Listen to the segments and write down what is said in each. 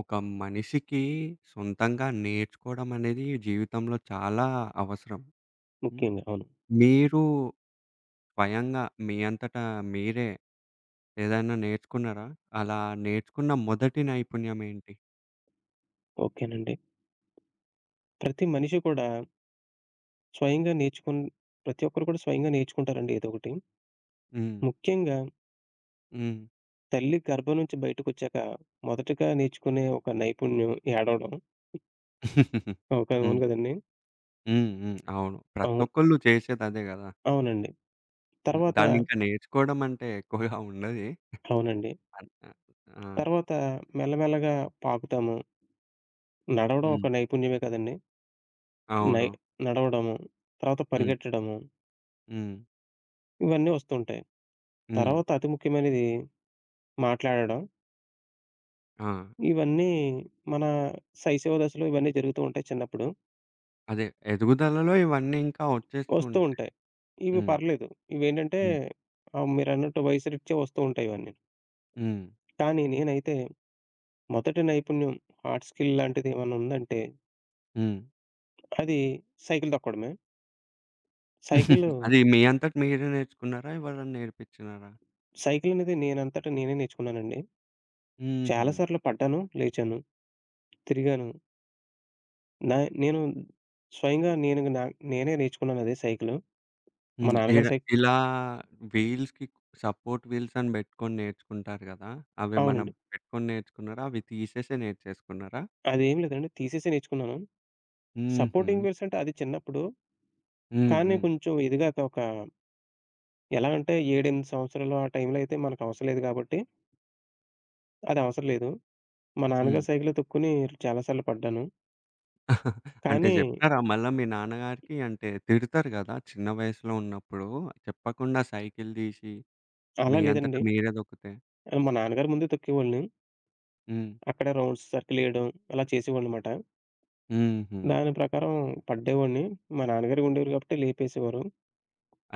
ఒక మనిషికి సొంతంగా నేర్చుకోవడం అనేది జీవితంలో చాలా అవసరం. హ్మ్. ముఖ్యంగా. అవును. మీరు స్వయంగా మీ అంతటా మీరే ఏదైనా నేర్చుకున్నారా? అలా నేర్చుకున్న మొదటి నైపుణ్యం ఏంటి? ఓకేనండి. ప్రతి మనిషి కూడా స్వయంగా ప్రతి ఒక్కరు కూడా స్వయంగా నేర్చుకుంటారండి ఏదోకటి. హ్మ్. ముఖ్యంగా హ్మ్. తల్లి గర్భం నుంచి బయటకొచ్చాక మొదటగా నేర్చుకునే ఒక నైపుణ్యం ఏడవడం. ఓకే. హ్మ్. అవును గదండీ! హ్మ్. హ్మ్. అవును. అవును. ప్రతొక్కళ్ళు చేసేదదే గదా! అవునండి. హ్మ్. తర్వాత దాన్నింకా నేర్చుకోవడం అంటే ఎక్కువగా ఉండది. అవునండి. అన్ ఆ! ఆ! తర్వాత మెల్లమెల్లగా పాకుతాము. నడవడం హ్మ్. ఒక నైపుణ్యమే కదండీ! నై అవును. నడవడము, తర్వాత హ్మ్. పరిగెట్టడము హ్మ్. ఇవన్నీ వస్తుంటాయి. హ్మ్. తర్వాత అతి ముఖ్యమైనది మాట్లాడడం. ఆ! ఇవన్నీ మన శైశవ దశలో ఇవన్నీ జరుగుతూ ఉంటాయి చిన్నప్పుడు. అదే ఎదుగుదలలో ఇవన్నీ ఇంకా వచ్చేస్తూ వస్తూ ఉంటాయి. ఉంటాయి. ఇవి హ్మ్. పర్లేదు. ఇవేంటంటే హ్మ్. మీరన్నట్టు వయసురీత్యా వస్తూ ఉంటాయి ఇవన్నీ. హ్మ్. కానీ నేనైతే మొదటి నైపుణ్యం హార్డ్ స్కిల్ లాంటిది ఏమన్నా ఉందంటే హ్మ్. అది సైకిల్ తొక్కడమే. సైకిలు అది మీ అంతట మీరే నేర్చుకున్నారా? ఎవరైనా నేర్పించినారా? సైకిల్ అనేది నేనంతట నేనే నేర్చుకున్నానండి. హుహు. చాలా సార్లు పడ్డాను, లేచాను, తిరిగాను. నా నేను స్వయంగా నేను నా నేనే నేర్చుకున్నానది సైకిలు. మా హ్మ్. నాన్నగారు ఇలా వీల్స్‌కి సపోర్ట్ వీల్స్ అని పెట్టుకొని నేర్చుకుంటారు కదా! అవేమన్నా అవునండి. పెట్టుకొని నేర్చుకున్నారా? అవి తీసేసే నేర్చేసుకున్నారా? అదేం లేదండి, తీసేసి నేర్చుకున్నాను. హుహు. సపోర్టింగ్ వేవ్స్ అంటే అది చిన్నప్పుడు. హ్మ్. కానీ హ్మ్. కొంచెం ఎదిగాక ఒక ఎలా అంటే 7, 8 సంవత్సరాలు ఆ టైంలో అయితే మనకు అవసరం లేదు కాబట్టి అది అవసరం లేదు. మా హ్మ్. నాన్నగారు సైకిలే తొక్కుకొని చాలా సార్లు పడ్డాను. అంటే కానీ జెప్పినారా మళ్ళా మీ నాన్నగారికి? అంటే తిడతారు కదా! చిన్న వయసులో ఉన్నప్పుడు చెప్పకుండా సైకిల్ తీసి అలా మీ అంతట లేదండి. మీరే దొక్కితే? మా నాన్నగారు ముందే తొక్కేవాడిని. హ్మ్. అక్కడే రౌండ్స్ సర్కిలేయడం అలా చేసేవాడినమాట. హుహు. దాని ప్రకారం పడ్డేవాడిని. మా నాన్నగారు ఉండేవారు కాబట్టి లేపేసేవారు.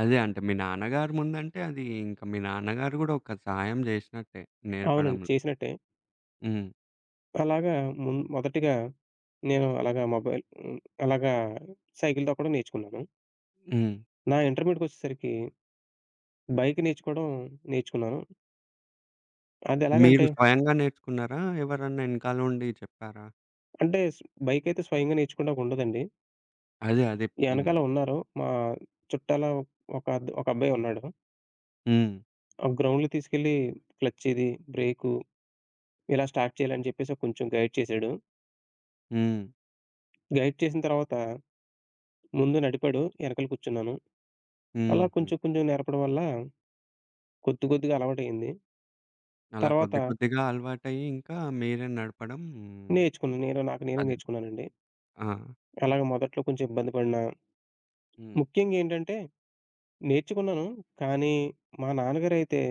అదే అంటే మీ నాన్నగారి ముందంటే అది ఇంకా మీ నాన్నగారు గూడా ఒక సహాయం జేసినట్టే అవునండి, నేర్పడంలో. చేసినట్టే. హ్మ్. అలాగా మొదటిగా నేను అలాగా మొబైల్ అలాగా సైకిల్ తొక్కడం నేర్చుకున్నాను. హ్మ్. నా ఇంటర్మీడియేట్‌కొచ్చేసరికి బైక్ నేర్చుకోవడం నేర్చుకున్నాను. మీరు అదెలాగంటే, స్వయంగా నేర్చుకున్నారా? ఎవరన్నా ఎనకాలుండి చెప్పారా? అంటే బైకయితే స్వయంగా నేర్చుకోడానికుండదండి. అదే. అదే. హ్మ్. ఎనకాల ఉన్నారు. మా చుట్టాల ఒక అబ్బాయున్నాడు. హ్మ్. ఆ గ్రౌండ్‌లో తీసుకెళ్ళి క్లచ్ ఇది, బ్రేకు ఇలా స్టార్ట్ చేయాలని చెప్పేసి కొంచెం గైడ్ చేశాడు. హ్మ్. గైడ్ చేసిన తర్వాత ముందు నడిపాడు. ఎనకాల కూర్చున్నాను. అలా హుహు. కొంచెం కొంచెం నేర్పడం వల్ల కొద్ది కొద్దిగా అలవాటయింది. అలా తర్వాత కొద్ది కొద్దిగా అలవాటయ్యి ఇంకా మీరే నడపడం నేర్చుకున్నాను. నేను నాకు నేనే అదే. నేర్చుకున్నానండి. ఆ! అలాగ మొదట్లో కొంచెం ఇబ్బంది పడినా హ్మ్. ముఖ్యంగా ఏంటంటే నేర్చుకున్నాను. కానీ, మా నాన్నగారైతే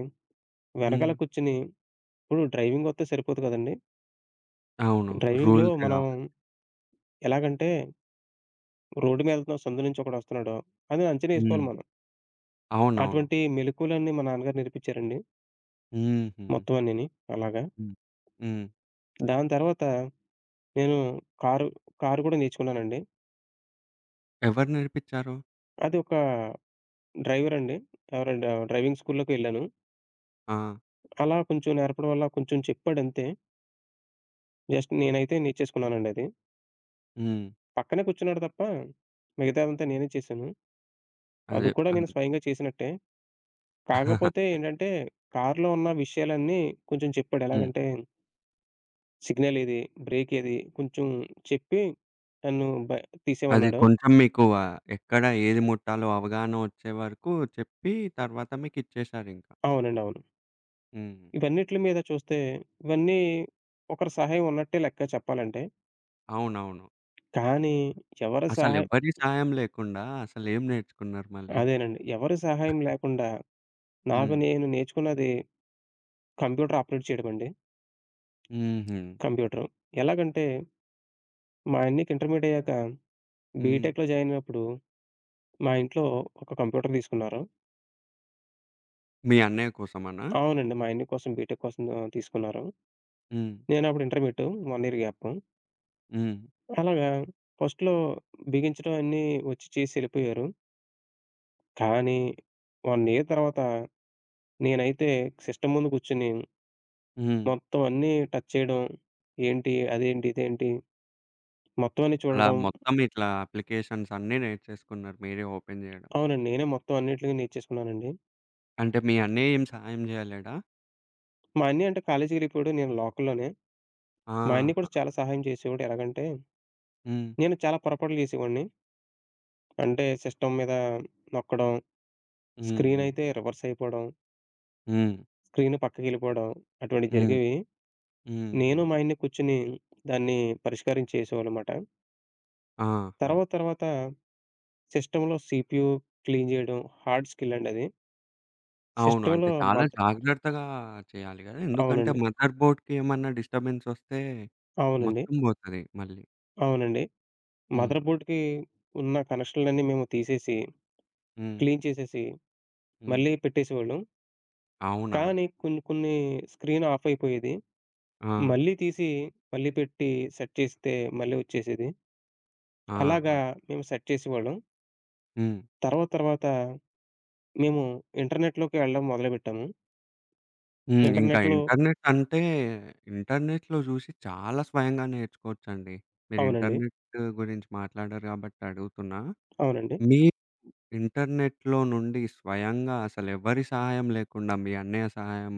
వెనకాల హ్మ్. కూర్చొని ఇప్పుడు డ్రైవింగొత్తే సరిపోదు కదండీ! అవును. డ్రైవింగ్‌లో రూల్స్ మనం గావు. ఎలాగంటే, రోడ్డు మీద ఎళ్తున్నాం, సందు నుంచి ఒకడొస్తున్నాడు అని అంచనా హ్మ్. ఏసుకోవాలి మనం. అవునవును. అటువంటి మెళకువలన్నీ మా నాన్నగారు నేర్పించారండి. హుహు. మొత్తం అన్నీని అలాగా. హ్మ్. హ్మ్. దాని తర్వాత నేను కారు, కారు కూడా నేర్చుకున్నానండి. ఎవరు నేర్పిచ్చారు? అది ఒక డ్రైవరండి. ఎవరండి డ్రైవింగ్ స్కూల్‌లోకెళ్ళాను. ఆ! అలా కొంచెం నేర్పడం వల్ల కొంచెం చెప్పాడంతే. జస్ట్ నేనైతే నేర్చేసుకున్నానండి అది. హ్మ్. పక్కనే కూర్చున్నాడు తప్ప, మిగతాదంతా నేనే చేశాను. అదే. అది కూడా అన్ నేను స్వయంగా చేసినట్టే. కాకపోతే ఏంటంటే, కార్‌లో ఉన్న విషయాలన్నీ కొంచెం చెప్పాడు. హ్మ్. ఎలాగంటే, సిగ్నల్ ఏది, బ్రేక్ ఏది, కొంచెం చెప్పి నన్ను అదే తీసేయమన్నాడు. కొంచెం మీకు ఎక్కడ ఏది ముట్టాలో అవగాహన వచ్చే వరకు చెప్పి తర్వాత మీకిచ్చేశారింక. అవునండి. అవును. హ్మ్. ఇవన్నిట్ల మీద చూస్తే, ఇవన్నీ ఒకరి సహాయం ఉన్నట్టే లెక్క చెప్పాలంటే. అవునవును. కానీ, ఎవరి సహాయం అసలెవ్వరి సాయం లేకుండా అసలేం నేర్చుకున్నారు మళ్ళీ? అదేనండి. ఎవరి సహాయం లేకుండా నాకు హ్మ్. నేను నేర్చుకున్నది కంప్యూటర్ ఆపరేట్ చేయడమండి. హుహు. కంప్యూటరు. ఎలాగంటే, మా అన్నయ్యకి ఇంటర్మీడియేట్ అయ్యాక హ్మ్. బీటెక్‌లో జాయిన్ అయినప్పుడు మా ఇంట్లో ఒక కంప్యూటర్ తీసుకున్నారు. మీ అన్నయ్య కోసమనా? అవునండి. మా ఆయన కోసం బీటెక్ కోసం తీసుకున్నారు. హ్మ్. నేను అప్పుడు ఇంటర్మీడియేట్ 1 ఇయర్ గ్యాప్. హ్మ్. అలాగా ఫస్ట్‌లో బిగించడం అన్నీ వచ్చి చేసి ఎళ్ళిపోయారు. కానీ 1 ఇయర్ తర్వాత నేనైతే సిస్టమ్ ముందు కూర్చొని హ్మ్. మొత్తం అన్నీ టచ్ చేయడం, ఏంటి, అదేంటి, ఇదేంటి మొత్తం అన్నీ అలా చూడడం మొత్తం ఇట్లా అప్లికేషన్స్ అన్నీ నేర్చేసుకున్నారు మీరే ఓపెన్ జేయడం. అవునండి. నేనే మొత్తం అన్నిట్లిని నేర్చేసుకున్నానండి. అంటే మీ అన్నయ్య ఏం సహాయం జేయలేడా? మా అన్నయ్య అంటే కాలేజీకెళ్ళిపోయాడు. నేను లోకల్‌లోనే. మా అన్నయ్య ఆహా! కూడా చాలా సహాయం చేసేవాడు. ఎలాగంటే, హ్మ్. నేను చాలా పొరపాట్లు చేసేవాడిని. అంటే సిస్టమ్ మీద నొక్కడం, హ్మ్. హ్మ్. స్క్రీనయితే రివర్స్ అయిపోవడం, హ్మ్. స్క్రీన్ పక్కకెళ్ళిపోవడం అటువంటివి హ్మ్. జరిగేవి. హుహు. నేను మా ఆయన్ని కూర్చొని దాన్ని పరిష్కారం చేసేవాళ్ళమాట. ఆహా! తర్వాత తర్వాత సిస్టమ్‌లో సీపీయూ క్లీన్ చేయడం హార్డ్ స్కిల్ అండి అది. అవును. అంటే సిస్టమ్‌లో చాలా మద్ జాగ్రత్తగా చేయాలి గదా! ఎందుకంటే అవునండి. మదర్ బోర్డ్‌కి ఏమన్నా డిస్టర్బెన్స్ వస్తే అవునండి. మొత్తం పోతది మళ్ళీ. అవునండి. హ్మ్. మదర్ బోర్డ్‌కి ఉన్న కనెక్షన్‌లన్నీ మేము తీసేసి, హ్మ్. క్లీన్ చేసేసి హ్మ్. మళ్ళీ పెట్టేసేవాళ్ళం. అవునా? కానీ కొన్ని కొన్ని స్క్రీన్ ఆఫ్ అయిపోయేది. ఆ! మళ్ళీ తీసి, మళ్ళీ పెట్టి సెట్ చేస్తే మళ్ళీ వచ్చేసేది. అలాగా ఆహా! మేము సెట్ చేసేవాళ్ళం. హ్మ్. తర్వాత తర్వాత మేము ఇంటర్నెట్‌లోకి వెళ్ళడం మొదలుపెట్టాము. హ్మ్. ఇంకా ఇంటర్నెట్‌లో ఇంటర్నెట్ అంటే ఇంటర్నెట్‌లో చూసి చాలా స్వయంగా నేర్చుకోవచ్చండి. మీరు అవునండి. ఇంటర్నెట్ గురించి మాట్లాడారు గాబట్టి అడుగుతున్నా. అవునండి. మీ ఇంటర్నెట్‌లో నుండి స్వయంగా అసలెవ్వరి సహాయం లేకుండా మీ అన్నయ్య సహాయం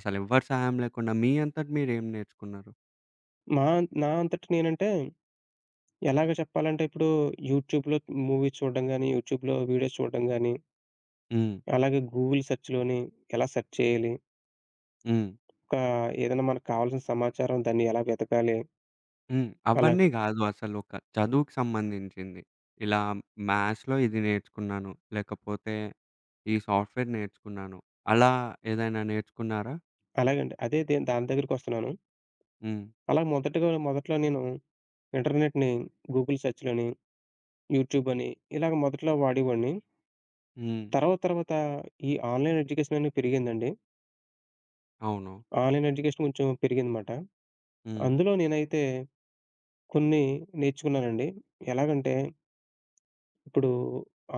అసలెవ్వరి సహాయం లేకుండా మీ అంతట మీరేం నేర్చుకున్నారు? మా నా అంతట నేనంటే ఎలాగ చెప్పాలంటే ఇప్పుడు యూట్యూబ్‌లో మూవీస్ చూడడం గాని, యూట్యూబ్‌లో వీడియోస్ చూడడం గాని, హ్మ్. అలాగే గూగుల్ సెర్చ్‌లోని ఎలా సెర్చ్ చేయాలి? హ్మ్. ఒక ఏదైనా మనకు కావాల్సిన సమాచారం దాన్ని ఎలా వెతకాలి? హ్మ్. అలా అవన్నీ హ్మ్. గాదు అసలొక చదువుకి సంబంధించింది. ఇలా మ్యాథ్స్‌లో ఇది నేర్చుకున్నాను, లేకపోతే ఈ సాఫ్ట్‌వేర్ నేర్చుకున్నాను. అలా ఏదైనా నేర్చుకున్నారా? అలాగండి. అదే దాని దగ్గరికొస్తున్నాను. హ్మ్. అలా మొదటగా మొదట్లో నేను ఇంటర్నెట్‌ని, గూగుల్ సెర్చ్‌లని, యూట్యూబ్ అని ఇలాగ మొదట్లో వాడేవాడిని. హ్మ్. తర్వాత తర్వాత ఈ ఆన్‌లైన్ ఎడ్యుకేషన్ అనేది పెరిగిందండి. అవును. ఆన్‌లైన్ ఎడ్యుకేషన్ కొంచెం పెరిగిందమాట. హ్మ్. అందులో నేనైతే కొన్ని నేర్చుకున్నానండి. ఎలాగంటే ఇప్పుడు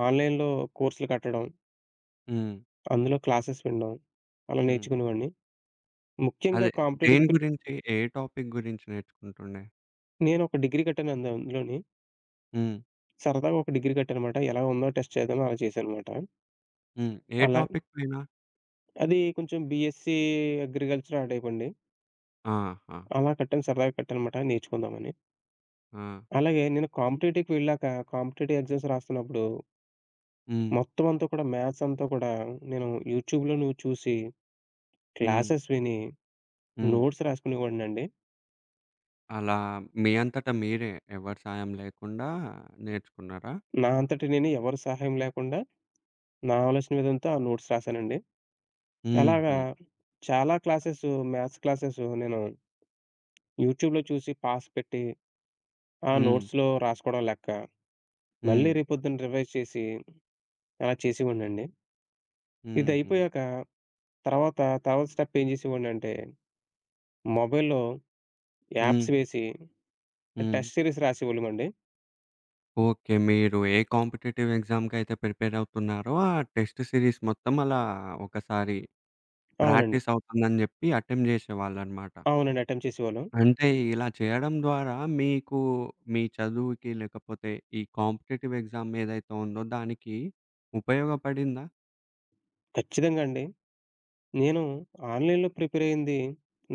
ఆన్‌లైన్‌లో కోర్సులు కట్టడం, హ్మ్. అందులో క్లాసెస్ వినడం అలా హ్మ్. నేర్చుకునేవాడిని. ముఖ్యంగా అదే దేని కాంపిటేటివ్ గురించి? ఏ టాపిక్ గురించి నేర్చుకుంటుండే? నేను ఒక డిగ్రీ కట్టాను అందులోని. హ్మ్. సరదాగా ఒక డిగ్రీ కట్టానమాట. ఎలా ఉందో టెస్ట్ చేద్దాం అలా చేశానమాట. హ్మ్. ఏ అలా టాపిక్ పైన? అది కొంచెం బీఎస్సీ అగ్రికల్చర్ ఆ టైపండి. ఆహా! అలా కట్టాను, సరదాగా కట్టానమాట, నేర్చుకుందామని. ఆ! అలాగే నేను కాంపిటీటివ్‌కి వెళ్ళాక, కాంపిటీటివ్ ఎగ్జామ్స్ రాస్తున్నప్పుడు హ్మ్. మొత్తం అంతా కూడా మ్యాథ్స్ అంతా కూడా నేను యూట్యూబ్‌లోను చూసి, హ్మ్. క్లాసెస్ విని, హ్మ్. నోట్స్ రాసుకునేవాడినండి. అలా మీ అంతట మీరే ఎవరి సాయం లేకుండా నేర్చుకున్నారా? నా అంతట నేను, ఎవరి సహాయం లేకుండా, నా ఆలోచన విధంతో ఆ నోట్స్ రాశానండి. అలాగా హుహు. చాలా క్లాసెస్, మ్యాథ్స్ క్లాసెస్ నేను యూట్యూబ్‌లో చూసి పాస్ పెట్టి, ఆ హ్మ్. నోట్స్‌లో రాసుకోవడం లెక్క. హ్మ్. మళ్ళీ రేపొద్దున రివైజ్ చేసి అలా చేసేవాడినండి. హుహు. ఇదయిపోయాక తర్వాత, తర్వాత స్టెప్ ఏం చేసేవాడినంటే, మొబైల్‌లో హ్మ్. యాప్స్ వేసి హ్మ్. టెస్ట్ సీరీస్ రాసేవాళ్ళమండి. ఓకే. మీరు ఏ కాంపిటీటివ్ ఎగ్జామ్‌కైతే ప్రిపేర్ అవుతున్నారో, ఆ టెస్ట్ సిరీస్ మొత్తం అలా ఒకసారి అవునండి. ప్రాక్టీస్ అవుతుందని జెప్పి అటెంప్ట్ జేసేవాళ్ళనమాట. అవునండి, అటెంప్ట్ చేసేవాళ్ళం. అంటే ఇలా చేయడం ద్వారా మీకు మీ చదువుకి లేకపోతే ఈ కాంపిటీటివ్ ఎగ్జామ్ ఏదైతే ఉందో దానికి ఉపయోగపడిందా? ఖచ్చితంగా అండి. నేను ఆన్‌లైన్‌లో ప్రిపేర్ అయింది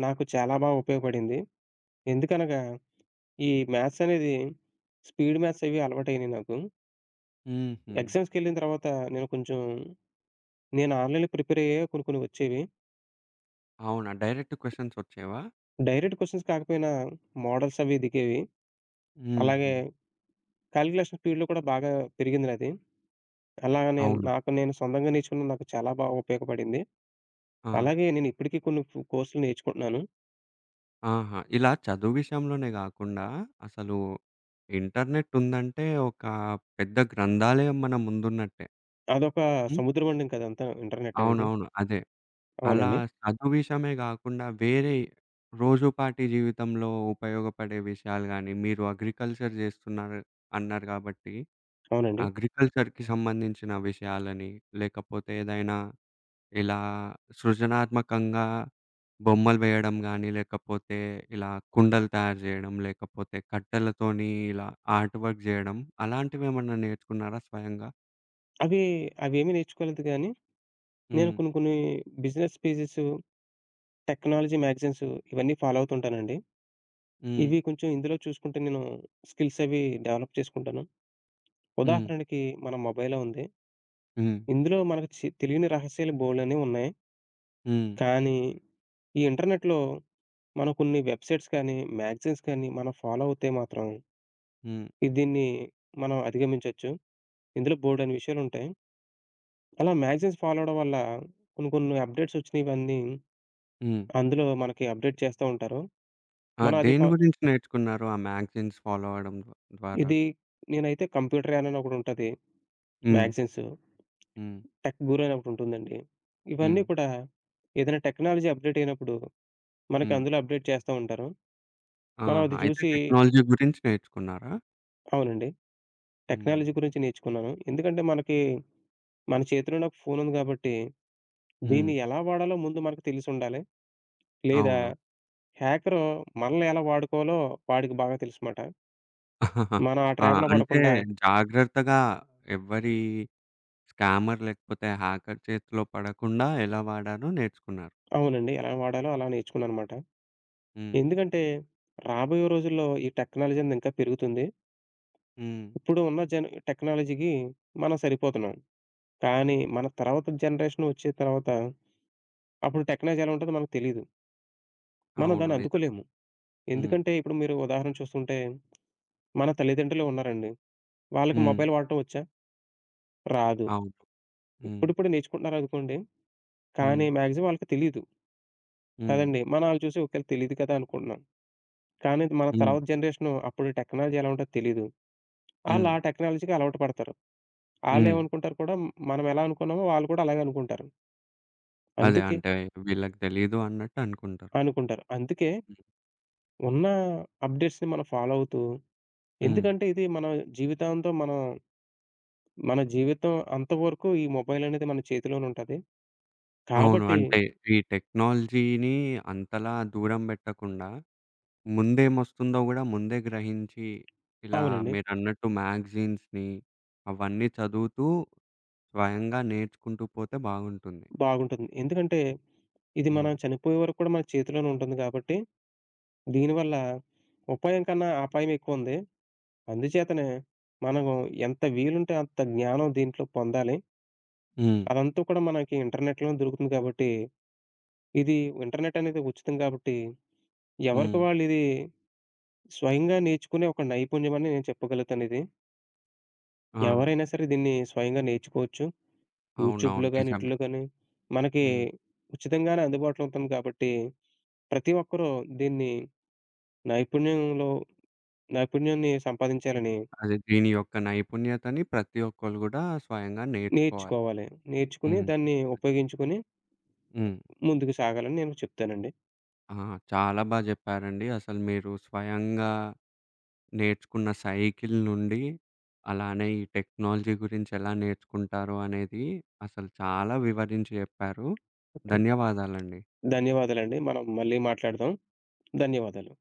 నాకు చాలా బా ఉపయోగపడింది. ఎందుకనగా ఈ మ్యాథ్స్ అనేది, స్పీడ్ మ్యాథ్స్ అవి అలవాటయినాయి నాకు. హుహు. ఎగ్జామ్స్‌కెళ్ళిన తర్వాత నేను కొంచెం నేను ఆన్‌లైన్‌లో ప్రిపేర్ అయ్యాయి కొన్ని కొన్ని వచ్చేవి. అవునా? డైరెక్ట్ క్వెషన్స్ వచ్చేవా? డైరెక్ట్ క్వెషన్స్ కాకపోయినా మోడల్స్ అవి దిగేవి. అలాగే హుహు. కాలిక్యులేషన్ స్పీడ్‌లో కూడా బాగా పెరిగింది నాది. అలాగ నేను అవునా? నాకు నేను సొంతంగా నేర్చుకున్న నాకు చాలా బా ఉపయోగపడింది. ఆ! అలాగే నేనిప్పటికీ కొన్ని కోర్సులు నేర్చుకుంటున్నాను. ఆహా! ఇలా చదువు విషయంలోనే గాకుండా, అసలు ఇంటర్నెట్ ఉందంటే ఒక పెద్ద గ్రంథాలయం మన ముందున్నట్టే. అదొక హ్మ్. సముద్రం అండి, ఇంకదంతా ఇంటర్నెట్ అనేది. అవునవును. అదే. అలా అవునండి. చదువు విషయమే గాకుండా వేరే రోజుపాటి జీవితంలో ఉపయోగపడే విషయాలు గానీ, మీరు అగ్రికల్చర్ జేస్తున్నారు అన్నారు గాబట్టి, అవునండి. అగ్రికల్చర్‌కి సంబంధించిన విషయాలని, లేకపోతే ఏదైనా ఇలా సృజనాత్మకంగా బొమ్మలు వేయడం గానీ, లేకపోతే ఇలా కుండలు తయారు జేయడం, లేకపోతే కట్టెలతోని ఇలా ఆర్ట్ వర్క్ జేయడం అలాంటివేమన్నా నేర్చుకున్నారా స్వయంగా? అవి అవేమీ నేర్చుకోలేదు గానీ, నేను హ్మ్. కొన్ని కొన్ని బిజినెస్ పేజెస్, టెక్నాలజీ మ్యాగజైన్స్ ఇవన్నీ ఫాలో అవుతుంటానండి. హ్మ్. ఇవి కొంచెం ఇందులో చూసుకుంటే నేను స్కిల్స్ అవి డెవలప్ చేసుకుంటాను. హ్మ్. ఉదాహరణకి మన మొబైలే ఉంది. హ్మ్. ఇందులో మనకు తెలియని రహస్యాలు బోలెడన్ని ఉన్నాయి. హ్మ్. కానీ ఈ ఇంటర్నెట్‌లో మనం కొన్ని వెబ్‌సైట్స్ కానీ, మ్యాగజైన్స్ కానీ మనం ఫాలో అవుతే మాత్రం హ్మ్. ఇది దీన్ని మనం అధిగమించొచ్చు. ఇందులో బోలెడన్ని విషయాలుంటాయి. అలా మ్యాగజైన్స్ ఫాలో అవ్వడం వల్ల కొన్ని కొన్ని అప్‌డేట్స్ వచ్చినవన్నీ హ్మ్. అందులో మనకి అప్‌డేట్ చేస్తా ఉంటారు. ఆ! మనం అది దేని గురించి నేర్చుకున్నారు ఆ మ్యాగజైన్స్ ఫాలో అవ్వడం ద్వారా? ఇది నేనైతే కంప్యూటర్ యాన్ అని ఒకటుంటది. హ్మ్. మ్యాగజైన్స్. హ్మ్. టెక్ గురు అని ఒకటుంటుందండి. హ్మ్. ఇవన్నీ కూడా ఏదైనా టెక్నాలజీ అప్‌డేట్ అయినప్పుడు మనకి హ్మ్. అందులో అప్‌డేట్ చేస్తా ఉంటారు. మనం ఆహా! అది అయితే చూసి టెక్నాలజీ గురించి నేర్చుకున్నారా? అవునండి. హ్మ్. టెక్నాలజీ గురించి నేర్చుకున్నాను. ఎందుకంటే మనకి మన చేతిలోనే ఒక ఫోనుంది కాబట్టి హ్మ్. దీన్ని ఎలా వాడాలో ముందు మనకు తెలిసుండాలి. లేదా అవును. హ్యాకరు మనల్ని ఎలా వాడుకోవాలో వాడికి బాగా తెలుసుమాట. ఆహాహా! మనం ఆ ఆ! ట్రాప్‌లో అంటే పడకుండా జాగ్రత్తగా ఎవ్వరి స్కామర్ లేకపోతే హ్యాకర్ చేతిలో పడకుండా ఎలా వాడాలో నేర్చుకున్నారు. అవునండి. ఎలా వాడాలో అలా నేర్చుకున్నాననమాట. హ్మ్. ఎందుకంటే రాబోయే రోజుల్లో ఈ టెక్నాలజీ అనేది ఇంకా పెరుగుతుంది. హ్మ్. ఇప్పుడు ఉన్న టెక్నాలజీకి మనం సరిపోతున్నాం. కానీ మన తర్వాత జనరేషన్ వచ్చే తర్వాత అప్పుడు టెక్నాలజీ ఎలా ఉంటదో మనకు తెలీదు. మనం అవును. దాన్ని నిజం. అందుకోలేము. హ్మ్. ఎందుకంటే ఇప్పుడు మీరు ఉదాహరణ చూస్తుంటే మన తల్లిదండ్రులే ఉన్నారండి. వాళ్ళకి హ్మ్. మొబైల్ వాడటం వచ్చా? రాదు. అవును. హ్మ్. ఇప్పుడిప్పుడు నేర్చుకుంటున్నారనుకోండి. హ్మ్. కానీ మాక్సిమం వాళ్ళకి తెలీదు. హ్మ్. కదండీ. మనం ఆళ్ళు చూసి ఓకేళ తెలీదు కదా అనుకుంటున్నాం. కానీ మన హ్మ్. తర్వాత జనరేషను అప్పుడు టెక్నాలజీ ఎలా ఉంటదో తెలీదు. ఆళ్ళు హ్మ్. ఆ టెక్నాలజీకి అలవాటు పడతారు. హ్మ్. ఆళ్ళేమనుకుంటారు కూడా మనం ఎలా అనుకున్నామో వాళ్ళు కూడా అలాగే అనుకుంటారు. అదే అందుకే అంటే వీళ్ళకి తెలీదు అన్నట్టు అనుకుంటారు. అనుకుంటారు. అందుకే హ్మ్. ఉన్న అప్‌డేట్స్‌ని మనం ఫాలో అవుతూ, హ్మ్. ఎందుకంటే ఇది మన జీవితాంతం మనం మన జీవితం అంతవరకు ఈ మొబైల్ అనేది మన చేతిలోనే ఉంటది అవును. కాబట్టి అంటే ఈ టెక్నాలజీని అంతలా దూరం పెట్టకుండా ముందేమొస్తుందో గూడా ముందే గ్రహించి, ఇలా అవునండి. మీరన్నట్టు మ్యాగజైన్స్‌ని అవన్నీ చదువుతూ స్వయంగా నేర్చుకుంటూ పోతే బాగుంటుంది. బాగుంటుంది. ఎందుకంటే ఇది హ్మ్. మనం చనిపోయే వరకు కూడా మన చేతిలోనే ఉంటుంది కాబట్టి దీనివల్ల ఉపాయం కన్నా అపాయం ఎక్కువుంది. అందుచేతనే మనం ఎంత వీలుంటే అంత జ్ఞానం దీంట్లో పొందాలి. హ్మ్. అదంతా కూడా మనకి ఇంటర్నెట్‌లోనే దొరుకుతుంది కాబట్టి, ఇది ఇంటర్నెట్ అనేది ఉచితం కాబట్టి, ఎవరికి హ్మ్. వాళ్ళు ఇది స్వయంగా నేర్చుకునే ఒక నైపుణ్యం అని నేను చెప్పగలుగుతాను ఇది. ఆ! ఎవరైనా సరే దీన్ని స్వయంగా నేర్చుకోవచ్చు. అవునవును. యూట్యూబ్‌లో గాని, నిజమే. ఈటిల్లో గాని మనకి హ్మ్. ఉచితంగానే అందుబాటులో ఉంటుంది కాబట్టి, ప్రతి ఒక్కరూ దీన్ని నైపుణ్యంలో నైపుణ్యాన్ని సంపాదించాలని అదే దీని యొక్క నైపుణ్యతని ప్రతి ఒక్కళ్ళు గూడా స్వయంగా నేర్చుకోవాలి. నేర్చుకోవాలి. నేర్చుకుని హ్మ్. దాన్ని ఉపయోగించుకొని హ్మ్. ముందుకు సాగాలని నేను చెప్తానండి. ఆ! చాలా బా జెప్పారండి. అసలు మీరు స్వయంగా నేర్చుకున్న సైకిల్ నుండి, అలానే ఈ టెక్నాలజీ గురించి ఎలా నేర్చుకుంటారో అనేది అసలు చాలా వివరించి చెప్పారు. ఓకే. ధన్యవాదాలండి. ధన్యవాదాలండి. మనం మళ్ళీ మాట్లాడదాం. ధన్యవాదాలు.